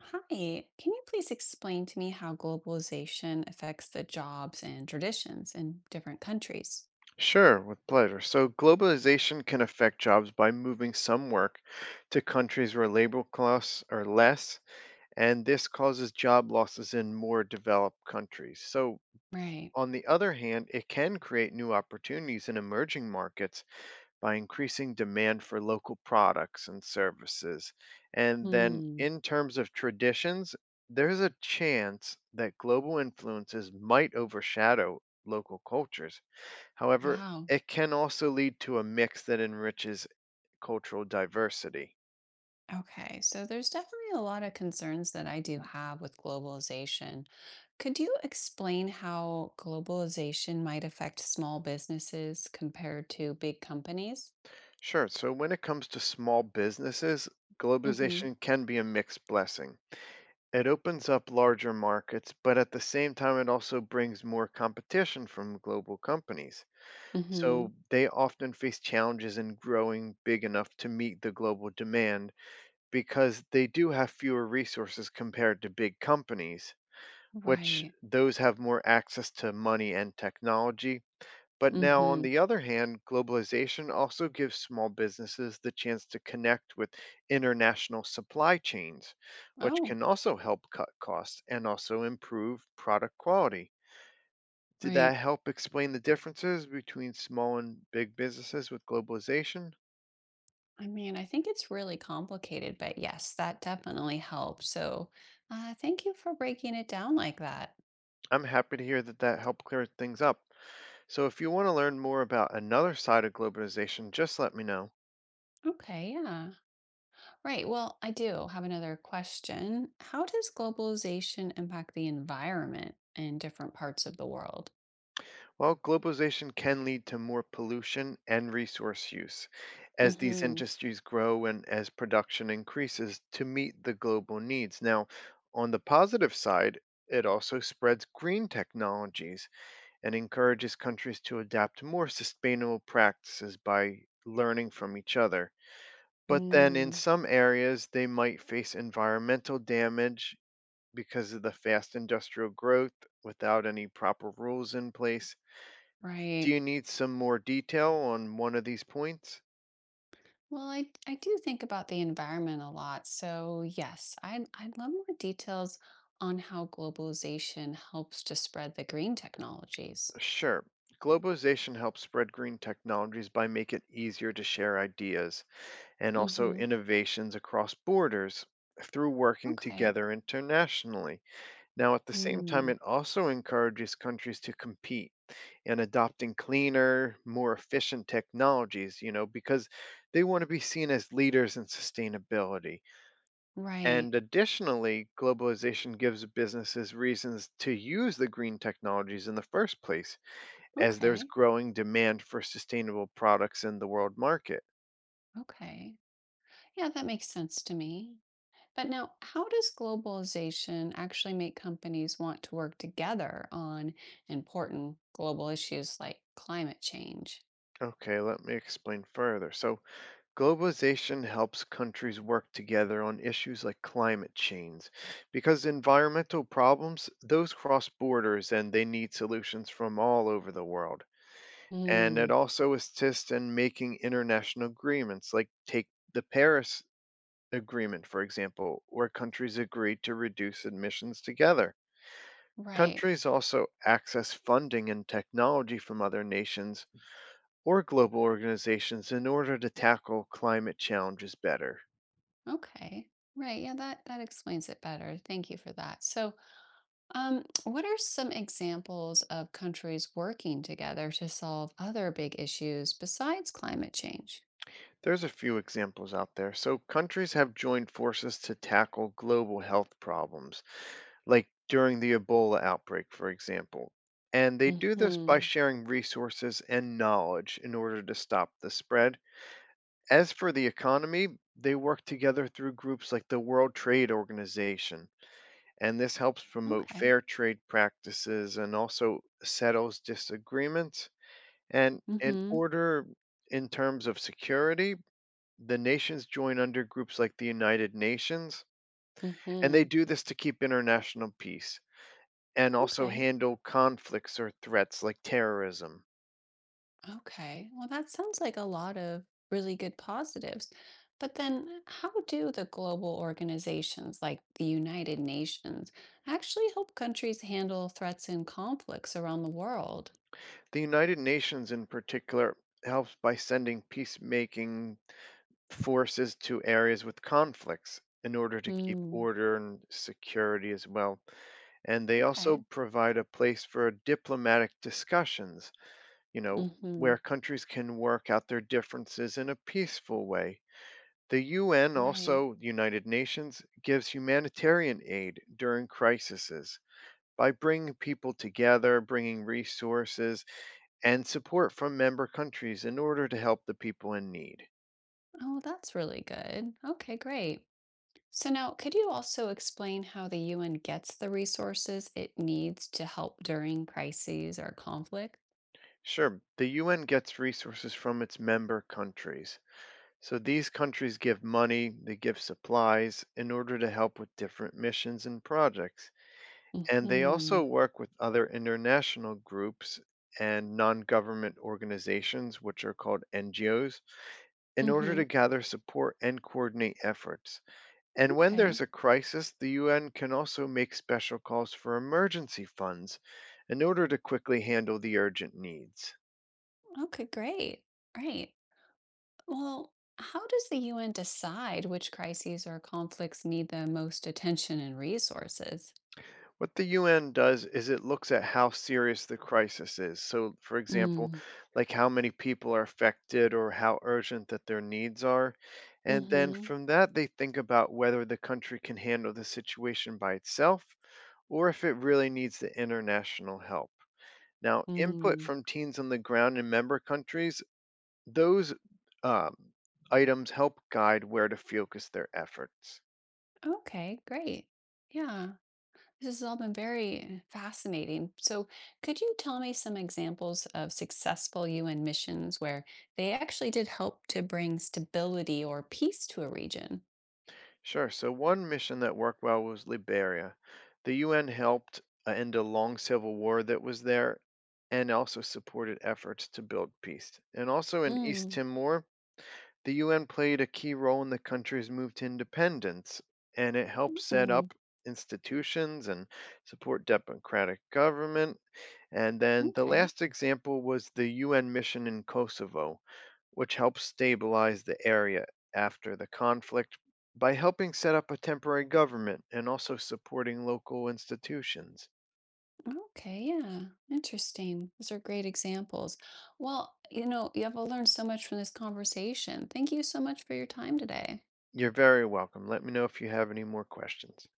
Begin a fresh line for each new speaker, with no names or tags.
Hi, can you please explain to me how globalization affects the jobs and traditions in different countries?
Sure, with pleasure. So, globalization can affect jobs by moving some work to countries where labor costs are less, and this causes job losses in more developed countries. So,
Right.
on the other hand, it can create new opportunities in emerging markets by increasing demand for local products and services. And then,
Hmm.
in terms of traditions, there's a chance that global influences might overshadow local cultures. However,
Wow.
it can also lead to a mix that enriches cultural diversity.
Okay. So there's definitely a lot of concerns that I do have with globalization. Could you explain how globalization might affect small businesses compared to big companies?
Sure, so when it comes to small businesses,
Mm-hmm.
globalization can be a mixed blessing. It opens up larger markets, but at the same time, it also brings more competition from global companies.
Mm-hmm.
So they often face challenges in growing big enough to meet the global demand because they do have fewer resources compared to big companies, which
Right.
those have more access to money and technology. But now, on
Mm-hmm.
the other hand, globalization also gives small businesses the chance to connect with international supply chains, which
Oh,
can also help cut costs and also improve product quality. Did
right.
that help explain the differences between small and big businesses with globalization?
I mean, I think it's really complicated, but yes, that definitely helps. Thank you for breaking it down like that.
I'm happy to hear that that helped clear things up. So, if you want to learn more about another side of globalization, just let me know.
Okay, yeah. Right. Well, I do have another question. How does globalization impact the environment in different parts of the world?
While globalization can lead to more pollution and resource use, as these
Hmm.
industries grow and as production increases to meet the global needs. Now, on the positive side, it also spreads green technologies and encourages countries to adapt more sustainable practices by learning from each other. But then in
Mm,
some areas, they might face environmental damage because of the fast industrial growth without any proper rules in place. Do
right.
you need some more detail on one of these points?
Well, I do think about the environment a lot. So, yes, I'd love more details on how globalization helps to spread the green technologies.
Sure. Globalization helps spread green technologies by making it easier to share ideas and also
Hmm.
innovations across borders through working
Okay.
together internationally. Now, at the same time,
Mm,
it also encourages countries to compete and adopting cleaner, more efficient technologies, you know, because they want to be seen as leaders in sustainability.
right.
And additionally, globalization gives businesses reasons to use the green technologies in the first place, as there's
Okay.
growing demand for sustainable products in the world market.
Okay, yeah, that makes sense to me. But now, how does globalization actually make companies want to work together on important global issues like climate change?
Okay, let me explain further. So, globalization helps countries work together on issues like climate change because environmental problems, those cross borders and they need solutions from all over the world. And it
Mm,
also assists in making international agreements like take the Paris Agreement, for example, where countries agree to reduce emissions together.
right.
Countries also access funding and technology from other nations or global organizations in order to tackle climate challenges better.
Okay. Right. Yeah, that explains it better. Thank you for that. What are some examples of countries working together to solve other big issues besides climate change?
There's a few examples out there. So, countries have joined forces to tackle global health problems, like during the Ebola outbreak, for example. And they do this by
Hmm.
sharing resources and knowledge in order to stop the spread. As for the economy, they work together through groups like the World Trade Organization, and this helps promote
Okay.
fair trade practices and also settles disagreements. And in
Mhm.
order, in terms of security, the nations join under groups like the United Nations, and they
Mhm.
do this to keep international peace and also
Okay.
handle conflicts or threats like terrorism.
Okay, well, that sounds like a lot of really good positives. But then how do the global organizations like the United Nations actually help countries handle threats and conflicts around the world?
The United Nations, in particular, helps by sending peacemaking forces to areas with conflicts in order to keep
Mm,
order and security as well. And they
okay.
also provide a place for diplomatic discussions, you know, where
Mhm.
countries can work out their differences in a peaceful way. The UN,
Right.
also the United Nations, gives humanitarian aid during crises by bringing people together, bringing resources and support from member countries in order to help the people in need.
Oh, that's really good. Okay, great. So now, could you also explain how the UN gets the resources it needs to help during crises or conflict?
Sure. The UN gets resources from its member countries. So these countries give money, they give supplies in order to help with different missions and projects. And they also
Mhm.
work with other international groups and non government organizations, which are called NGOs, in order to
Mhm.
gather support and coordinate efforts. And when
Okay.
there's a crisis, the UN can also make special calls for emergency funds in order to quickly handle the urgent needs.
Okay, great. Great. Well, how does the UN decide which crises or conflicts need the most attention and resources?
What the UN does is it looks at how serious the crisis is. So, for example,
Mm.
like how many people are affected or how urgent that their needs are. And then
Mhm.
from that, they think about whether the country can handle the situation by itself or if it really needs the international help. Now, input
Mm.
from teams on the ground in member countries, those um, items help guide where to focus their efforts.
Okay, great. Yeah, this has all been very fascinating. So, could you tell me some examples of successful UN missions where they actually did help to bring stability or peace to a region?
Sure. So one mission that worked well was Liberia. The UN helped end a long civil war that was there and also supported efforts to build peace. And also in East
Mm.
Timor, the UN played a key role in the country's move to independence, and it helped set
Mm.
up institutions and support democratic government. And then the
Okay.
last example was the UN mission in Kosovo, which helped stabilize the area after the conflict by helping set up a temporary government and also supporting local institutions.
Okay, yeah, interesting. Those are great examples. Well, you know, you have learned so much from this conversation. Thank you so much for your time today.
You're very welcome. Let me know if you have any more questions.